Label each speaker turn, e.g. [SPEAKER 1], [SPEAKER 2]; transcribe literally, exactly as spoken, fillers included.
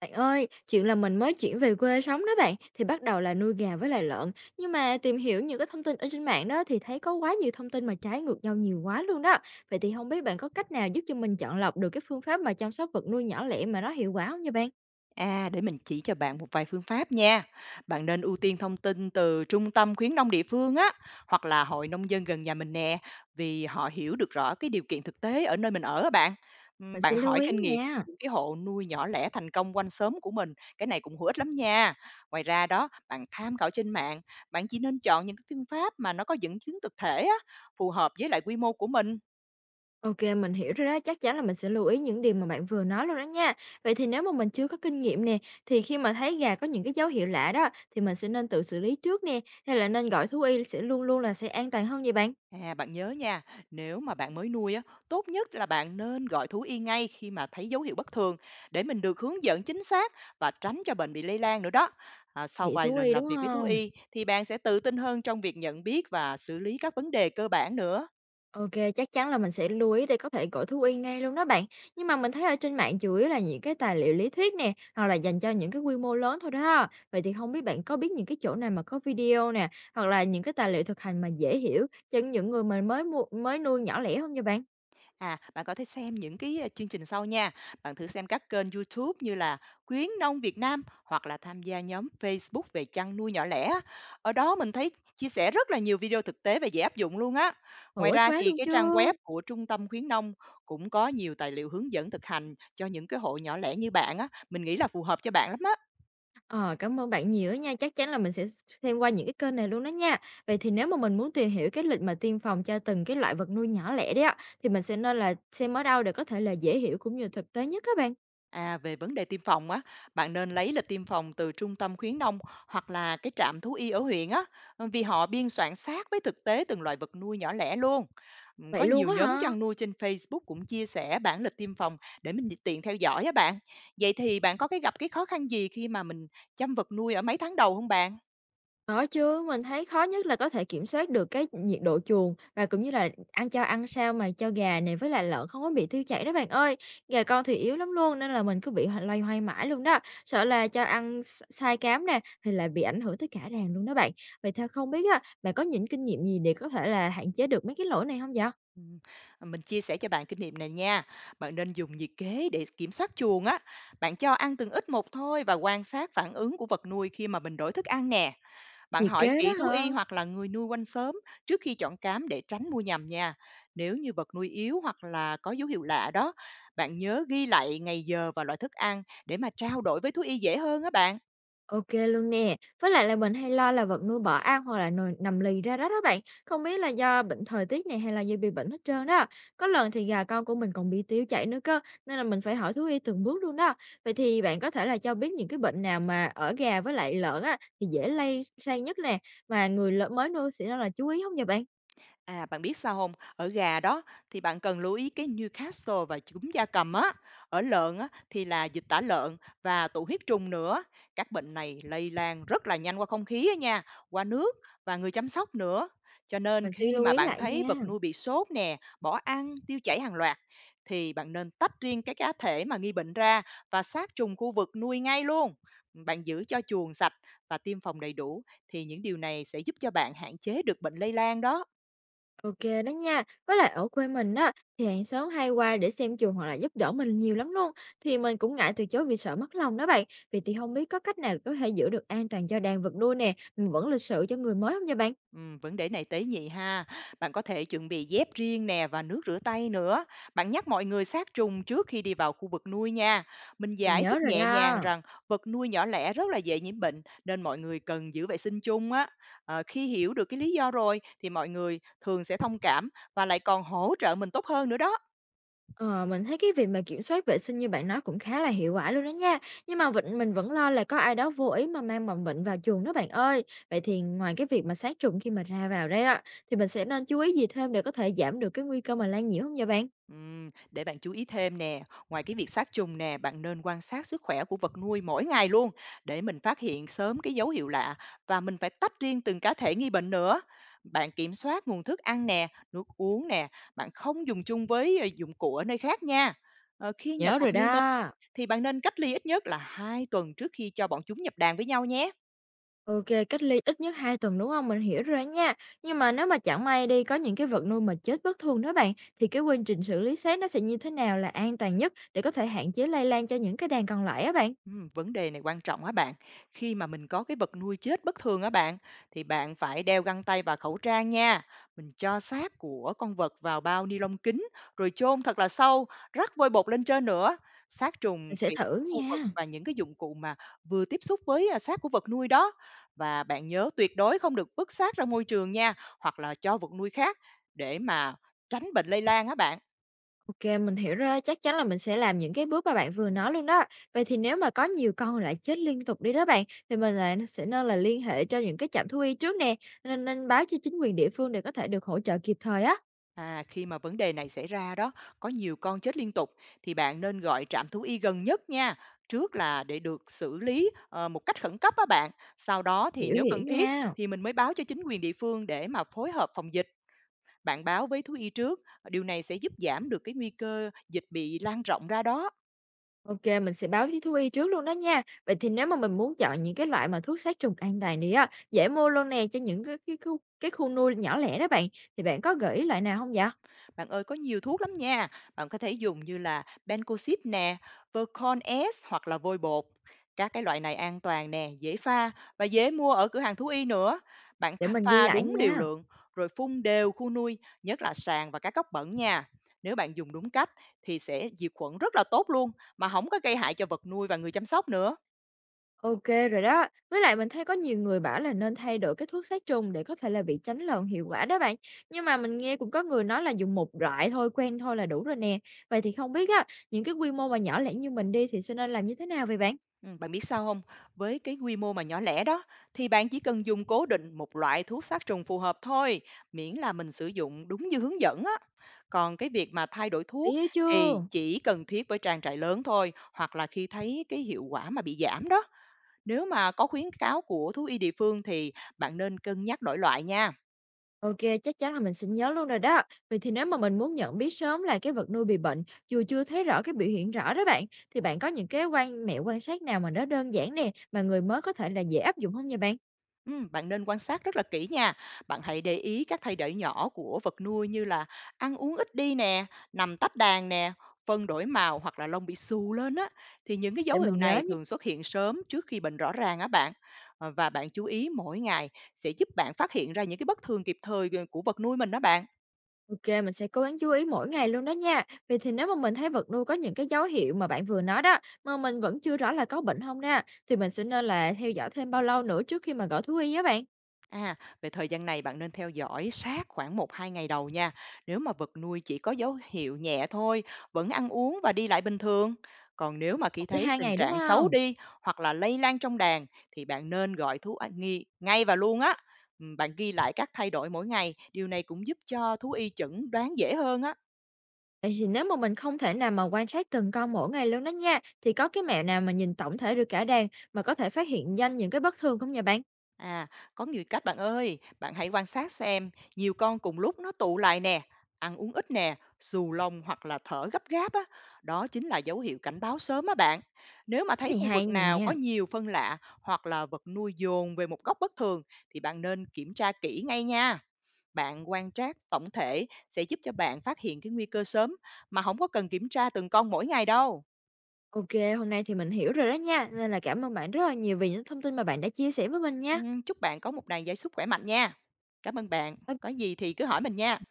[SPEAKER 1] Bạn ơi, chuyện là mình mới chuyển về quê sống đó bạn, thì bắt đầu là nuôi gà với lại lợn. Nhưng mà tìm hiểu những cái thông tin ở trên mạng đó thì thấy có quá nhiều thông tin mà trái ngược nhau nhiều quá luôn đó. Vậy thì không biết bạn có cách nào giúp cho mình chọn lọc được cái phương pháp mà chăm sóc vật nuôi nhỏ lẻ mà nó hiệu quả không nha bạn?
[SPEAKER 2] À, để mình chỉ cho bạn một vài phương pháp nha. Bạn nên ưu tiên thông tin từ trung tâm khuyến nông địa phương á, hoặc là hội nông dân gần nhà mình nè, vì họ hiểu được rõ cái điều kiện thực tế ở nơi mình ở á bạn. Ừm,
[SPEAKER 1] Mình sẽ
[SPEAKER 2] Bạn
[SPEAKER 1] lưu
[SPEAKER 2] hỏi
[SPEAKER 1] ý
[SPEAKER 2] kinh nghiệm
[SPEAKER 1] nha.
[SPEAKER 2] những cái hộ nuôi nhỏ lẻ thành công quanh xóm của mình, cái này cũng hữu ích lắm nha. Ngoài ra đó, bạn tham khảo trên mạng, bạn chỉ nên chọn những cái phương pháp mà nó có dẫn chứng thực thể á, phù hợp với lại quy mô của mình.
[SPEAKER 1] Ok, mình hiểu rồi đó, chắc chắn là mình sẽ lưu ý những điều mà bạn vừa nói luôn đó nha. Vậy thì nếu mà mình chưa có kinh nghiệm nè, thì khi mà thấy gà có những cái dấu hiệu lạ đó, thì mình sẽ nên tự xử lý trước nè, hay là nên gọi thú y sẽ luôn luôn là sẽ an toàn hơn vậy bạn?
[SPEAKER 2] À, bạn nhớ nha, nếu mà bạn mới nuôi á, tốt nhất là bạn nên gọi thú y ngay khi mà thấy dấu hiệu bất thường để mình được hướng dẫn chính xác và tránh cho bệnh bị lây lan nữa đó. À, sau
[SPEAKER 1] Vậy
[SPEAKER 2] vài
[SPEAKER 1] thú
[SPEAKER 2] lần
[SPEAKER 1] y,
[SPEAKER 2] làm
[SPEAKER 1] đúng
[SPEAKER 2] việc với thú
[SPEAKER 1] không?
[SPEAKER 2] y thì bạn sẽ tự tin hơn trong việc nhận biết và xử lý các vấn đề cơ bản nữa.
[SPEAKER 1] Ok, chắc chắn là mình sẽ lưu ý để có thể gọi thú y ngay luôn đó bạn. Nhưng mà mình thấy ở trên mạng chủ yếu là những cái tài liệu lý thuyết nè, hoặc là dành cho những cái quy mô lớn thôi đó. Vậy thì không biết bạn có biết những cái chỗ nào mà có video nè, hoặc là những cái tài liệu thực hành mà dễ hiểu cho những người mà mới mua mới nuôi nhỏ lẻ không nha bạn?
[SPEAKER 2] À, bạn có thể xem những cái, a, chương trình sau nha. Bạn thử xem các kênh YouTube như là Khuyến nông Việt Nam hoặc là tham gia nhóm Facebook về chăn nuôi nhỏ lẻ. Ở đó mình thấy chia sẻ rất là nhiều video thực tế và dễ áp dụng luôn á.
[SPEAKER 1] Hữu
[SPEAKER 2] Ngoài
[SPEAKER 1] ích
[SPEAKER 2] ra
[SPEAKER 1] quá
[SPEAKER 2] thì
[SPEAKER 1] luôn
[SPEAKER 2] cái
[SPEAKER 1] chứ!
[SPEAKER 2] trang web của Trung tâm Khuyến nông cũng có nhiều tài liệu hướng dẫn thực hành cho những cái hộ nhỏ lẻ như bạn á, mình nghĩ là phù hợp cho bạn lắm á.
[SPEAKER 1] Ờ, cảm ơn bạn nhiều á nha, chắc chắn là mình sẽ xem qua những cái kênh này luôn đó nha. Vậy thì nếu mà mình muốn tìm hiểu cái lịch mà tiêm phòng cho từng cái loại vật nuôi nhỏ lẻ đấy á, thì mình sẽ nên là xem ở đâu để có thể là dễ hiểu cũng như thực tế nhất các bạn?
[SPEAKER 2] À, về vấn đề tiêm phòng á, bạn nên lấy lịch tiêm phòng từ trung tâm khuyến nông hoặc là cái trạm thú y ở huyện á, ừ, vì họ biên soạn sát với thực tế từng loại vật nuôi nhỏ lẻ luôn. Ừ,
[SPEAKER 1] Vậy
[SPEAKER 2] Có
[SPEAKER 1] luôn
[SPEAKER 2] nhiều
[SPEAKER 1] á
[SPEAKER 2] nhóm
[SPEAKER 1] hả?
[SPEAKER 2] chăn nuôi trên Facebook cũng chia sẻ bản lịch tiêm phòng để mình tiện theo dõi á bạn. Vậy thì bạn có cái gặp cái khó khăn gì khi mà mình chăm vật nuôi ở mấy tháng đầu không bạn?
[SPEAKER 1] Có chứ, mình thấy khó nhất là có thể kiểm soát được cái nhiệt độ chuồng và cũng như là ăn cho ăn sao mà cho gà này với lại lợn không có bị tiêu chảy đó bạn ơi. Gà con thì yếu lắm luôn nên là mình cứ bị ho- loay hoay mãi luôn đó. Sợ là cho ăn s- sai cám nè thì lại bị ảnh hưởng tới cả đàn luôn đó bạn. Vậy theo không biết á, bạn có những kinh nghiệm gì để có thể là hạn chế được mấy cái lỗi này không vậy?
[SPEAKER 2] Ừ, à, Mình chia sẻ cho bạn kinh nghiệm này nha. Bạn nên dùng nhiệt kế để kiểm soát chuồng á. Bạn cho ăn từng ít một thôi và quan sát phản ứng của vật nuôi khi mà mình đổi thức ăn nè. Bạn
[SPEAKER 1] Nhiệt
[SPEAKER 2] hỏi
[SPEAKER 1] kế đó
[SPEAKER 2] kỹ thú
[SPEAKER 1] hả?
[SPEAKER 2] y hoặc là người nuôi quanh xóm trước khi chọn cám để tránh mua nhầm nha. Nếu như vật nuôi yếu hoặc là có dấu hiệu lạ đó, bạn nhớ ghi lại ngày giờ và loại thức ăn để mà trao đổi với thú y dễ hơn á bạn.
[SPEAKER 1] OK luôn nè. Với lại là mình hay lo là vật nuôi bỏ ăn hoặc là nồi nằm lì ra đó đó bạn. Không biết là do bệnh thời tiết này hay là do bị bệnh hết trơn đó. Có lần thì gà con của mình còn bị tiêu chảy nữa cơ, nên là mình phải hỏi thú y từng bước luôn đó. Vậy thì bạn có thể là cho biết những cái bệnh nào mà ở gà với lại lợn á, thì dễ lây sang nhất nè, mà người lợn mới nuôi sẽ nên là chú ý không vậy bạn?
[SPEAKER 2] À, bạn biết sao không? Ở gà đó thì bạn cần lưu ý cái Newcastle và cúm gia cầm á, ở lợn á thì là dịch tả lợn và tụ huyết trùng nữa. Các bệnh này lây lan rất là nhanh qua không khí á nha, qua nước và người chăm sóc nữa. Cho nên
[SPEAKER 1] Mình sẽ
[SPEAKER 2] khi
[SPEAKER 1] lưu
[SPEAKER 2] mà
[SPEAKER 1] ý
[SPEAKER 2] bạn
[SPEAKER 1] lại
[SPEAKER 2] thấy
[SPEAKER 1] nha.
[SPEAKER 2] vật nuôi bị sốt nè, bỏ ăn, tiêu chảy hàng loạt thì bạn nên tách riêng cái cá thể mà nghi bệnh ra và sát trùng khu vực nuôi ngay luôn. Bạn giữ cho chuồng sạch và tiêm phòng đầy đủ thì những điều này sẽ giúp cho bạn hạn chế được bệnh lây lan đó.
[SPEAKER 1] OK đó nha. Với lại ở quê mình á, thì hàng xóm hay qua để xem chùa hoặc là giúp đỡ mình nhiều lắm luôn. Thì mình cũng ngại từ chối vì sợ mất lòng đó bạn. Vậy thì không biết có cách nào có thể giữ được an toàn cho đàn vật nuôi nè, mình vẫn lịch sự cho người mới không nha bạn?
[SPEAKER 2] Ừm, vấn đề này tế nhị ha. Bạn có thể chuẩn bị dép riêng nè và nước rửa tay nữa. Bạn nhắc mọi người sát trùng trước khi đi vào khu vực nuôi nha. Mình
[SPEAKER 1] Mình
[SPEAKER 2] giải
[SPEAKER 1] nhớ
[SPEAKER 2] thích
[SPEAKER 1] rồi
[SPEAKER 2] nhẹ
[SPEAKER 1] đó.
[SPEAKER 2] nhàng rằng vật nuôi nhỏ lẻ rất là dễ nhiễm bệnh nên mọi người cần giữ vệ sinh chung á. Ờ, khi hiểu được cái lý do rồi thì mọi người thường sẽ thông cảm và lại còn hỗ trợ mình tốt hơn nữa đó.
[SPEAKER 1] Ờ, mình thấy cái việc mà kiểm soát vệ sinh như bạn nói cũng khá là hiệu quả luôn đó nha. Nhưng mà vịnh mình vẫn lo là có ai đó vô ý mà mang mầm bệnh vào chuồng đó bạn ơi. Vậy thì ngoài cái việc mà sát trùng khi mà ra vào đây á, thì mình sẽ nên chú ý gì thêm để có thể giảm được cái nguy cơ mà lây nhiễm không nha bạn?
[SPEAKER 2] Ừm, để bạn chú ý thêm nè, ngoài cái việc sát trùng nè, bạn nên quan sát sức khỏe của vật nuôi mỗi ngày luôn để mình phát hiện sớm cái dấu hiệu lạ và mình phải tách riêng từng cá thể nghi bệnh nữa. Bạn kiểm soát nguồn thức ăn nè, nước uống nè, bạn không dùng chung với ờ, dụng cụ ở nơi khác nha. Ờ, khi nhập
[SPEAKER 1] Nhớ
[SPEAKER 2] vật
[SPEAKER 1] rồi
[SPEAKER 2] nuôi mới
[SPEAKER 1] đó.
[SPEAKER 2] thì bạn nên cách ly ít nhất là hai tuần trước khi cho bọn chúng nhập đàn với nhau nhé.
[SPEAKER 1] OK, cách ly ít nhất hai tuần, đúng không? Mình hiểu rồi á nha. Nhưng mà nếu mà chẳng may đi, có những cái vật nuôi mà chết bất thường đó bạn, thì cái quy trình xử lý xác nó sẽ như thế nào là an toàn nhất để có thể hạn chế lây lan cho những cái đàn còn lại á bạn?
[SPEAKER 2] Ừm, vấn đề này quan trọng á bạn. Khi mà mình có cái vật nuôi chết bất thường á bạn, thì bạn phải đeo găng tay và khẩu trang nha. Mình cho xác của con vật vào bao ni lông kín, rồi chôn thật là sâu, rắc vôi bột lên trên nữa. Sát
[SPEAKER 1] Mình
[SPEAKER 2] trùng
[SPEAKER 1] sẽ
[SPEAKER 2] tuyệt
[SPEAKER 1] thử
[SPEAKER 2] khu vực
[SPEAKER 1] nha.
[SPEAKER 2] và những cái dụng cụ mà vừa tiếp xúc với à, xác của vật nuôi đó. Và bạn nhớ tuyệt đối không được vứt xác ra môi trường nha, hoặc là cho vật nuôi khác để mà tránh bệnh lây lan á bạn.
[SPEAKER 1] OK, mình hiểu rồi, chắc chắn là mình sẽ làm những cái bước mà bạn vừa nói luôn đó. Vậy thì nếu mà có nhiều con lại chết liên tục đi đó bạn, thì mình lại sẽ nên là liên hệ cho những cái trạm thú y trước nè, nên nên báo cho chính quyền địa phương để có thể được hỗ trợ kịp thời á.
[SPEAKER 2] À, khi mà vấn đề này xảy ra đó, có nhiều con chết liên tục thì bạn nên gọi trạm thú y gần nhất nha. Trước là để được xử lý ờ, một cách khẩn cấp á bạn. Sau đó thì
[SPEAKER 1] Hiểu,
[SPEAKER 2] nếu cần
[SPEAKER 1] hiểu
[SPEAKER 2] thiết
[SPEAKER 1] nha.
[SPEAKER 2] thì mình mới báo cho chính quyền địa phương để mà phối hợp phòng dịch. Bạn báo với thú y trước, điều này sẽ giúp giảm được cái nguy cơ dịch bị lan rộng ra đó.
[SPEAKER 1] OK, mình sẽ báo với thú y trước luôn đó nha. Vậy thì nếu mà mình muốn chọn những cái loại mà thuốc sát trùng an toàn này á, dễ mua luôn nè cho những cái cái khu cái khu nuôi nhỏ lẻ đó bạn, thì bạn có gợi ý loại nào không vậy?
[SPEAKER 2] Bạn ơi có nhiều thuốc lắm nha, bạn có thể dùng như là Bencoxib nè, vercon S hoặc là vôi bột. Các cái loại này an toàn nè, dễ pha và dễ mua ở cửa hàng thú y nữa. Bạn
[SPEAKER 1] Để
[SPEAKER 2] tha-
[SPEAKER 1] mình ghi
[SPEAKER 2] pha
[SPEAKER 1] lại
[SPEAKER 2] đúng liều
[SPEAKER 1] nha.
[SPEAKER 2] lượng rồi phun đều khu nuôi, nhất là sàn và các góc bẩn nha. Nếu bạn dùng đúng cách thì sẽ diệt khuẩn rất là tốt luôn mà không có gây hại cho vật nuôi và người chăm sóc nữa.
[SPEAKER 1] OK rồi đó. Với lại mình thấy có nhiều người bảo là nên thay đổi cái thuốc sát trùng để có thể là bị tránh lợn hiệu quả đó bạn. Nhưng mà mình nghe cũng có người nói là dùng một loại thôi, quen thôi là đủ rồi nè. Vậy thì không biết á, những cái quy mô mà nhỏ lẻ như mình đi thì sẽ nên làm như thế nào vậy bạn?
[SPEAKER 2] Ừm, bạn biết sao không? Với cái quy mô mà nhỏ lẻ đó, thì bạn chỉ cần dùng cố định một loại thuốc sát trùng phù hợp thôi, miễn là mình sử dụng đúng như hướng dẫn á. Còn cái việc mà thay đổi
[SPEAKER 1] Để
[SPEAKER 2] thuốc
[SPEAKER 1] ý
[SPEAKER 2] thì
[SPEAKER 1] chưa?
[SPEAKER 2] chỉ cần thiết với trang trại lớn thôi, hoặc là khi thấy cái hiệu quả mà bị giảm đó. Nếu mà có khuyến cáo của thú y địa phương thì bạn nên cân nhắc đổi loại nha.
[SPEAKER 1] OK, chắc chắn là mình sẽ nhớ luôn rồi đó. Vậy thì nếu mà mình muốn nhận biết sớm là cái vật nuôi bị bệnh, dù chưa thấy rõ cái biểu hiện rõ đó bạn, thì bạn có những cái quan mẹo quan sát nào mà nó đơn giản nè, mà người mới có thể là dễ áp dụng hông nha bạn?
[SPEAKER 2] Ừm, bạn nên quan sát rất là kỹ nha. Bạn hãy để ý các thay đổi nhỏ của vật nuôi như là ăn uống ít đi nè, nằm tách đàn nè, phân đổi màu hoặc là lông bị xù lên á. Thì những cái
[SPEAKER 1] Để
[SPEAKER 2] dấu hiệu
[SPEAKER 1] mình nhớ
[SPEAKER 2] này
[SPEAKER 1] nha.
[SPEAKER 2] thường xuất hiện sớm trước khi bệnh rõ ràng á bạn. Ờ, Và bạn chú ý mỗi ngày sẽ giúp bạn phát hiện ra những cái bất thường kịp thời ờ, của vật nuôi mình đó bạn.
[SPEAKER 1] OK, mình sẽ cố gắng chú ý mỗi ngày luôn đó nha. Vậy thì nếu mà mình thấy vật nuôi có những cái dấu hiệu mà bạn vừa nói đó, mà mình vẫn chưa rõ là có bệnh không nè, thì mình sẽ nên là theo dõi thêm bao lâu nữa trước khi mà gọi thú y á bạn?
[SPEAKER 2] À, về thời gian này bạn nên theo dõi sát khoảng một hai ngày đầu nha. Nếu mà vật nuôi chỉ có dấu hiệu nhẹ thôi, vẫn ăn uống và đi lại bình thường. Còn nếu mà
[SPEAKER 1] Một
[SPEAKER 2] khi
[SPEAKER 1] tới
[SPEAKER 2] thấy
[SPEAKER 1] hai
[SPEAKER 2] tình
[SPEAKER 1] ngày, đúng
[SPEAKER 2] trạng xấu
[SPEAKER 1] không?
[SPEAKER 2] đi hoặc là lây lan trong đàn thì bạn nên gọi thú a- nghi ngay và luôn á. Ừ, Bạn ghi lại các thay đổi mỗi ngày, điều này cũng giúp cho thú y chẩn đoán dễ hơn á.
[SPEAKER 1] Vậy thì nếu mà mình không thể nào mà quan sát từng con mỗi ngày luôn đó nha, thì có cái mẹo nào mà nhìn tổng thể được cả đàn mà có thể phát hiện nhanh những cái bất thường không nha bạn?
[SPEAKER 2] À, có nhiều cách bạn ơi, bạn hãy quan sát xem, nhiều con cùng lúc nó tụ lại nè, ăn uống ít nè, xù lông hoặc là thở gấp gáp á, đó chính là dấu hiệu cảnh báo sớm á bạn. Nếu mà
[SPEAKER 1] Cái
[SPEAKER 2] thấy
[SPEAKER 1] này
[SPEAKER 2] khu
[SPEAKER 1] hay
[SPEAKER 2] vực nào có
[SPEAKER 1] nè.
[SPEAKER 2] nhiều phân lạ hoặc là vật nuôi dồn về một góc bất thường thì bạn nên kiểm tra kỹ ngay nha. Bạn quan trắc tổng thể sẽ giúp cho bạn phát hiện cái nguy cơ sớm mà không có cần kiểm tra từng con mỗi ngày đâu.
[SPEAKER 1] Ok, hôm nay thì mình hiểu rồi đó nha, nên là cảm ơn bạn rất là nhiều vì những thông tin mà bạn đã chia sẻ với mình nha.
[SPEAKER 2] Ừm, Chúc bạn có một ngày giải sức khỏe mạnh nha. Cảm ơn bạn,
[SPEAKER 1] Ok,
[SPEAKER 2] có gì thì cứ hỏi mình nha.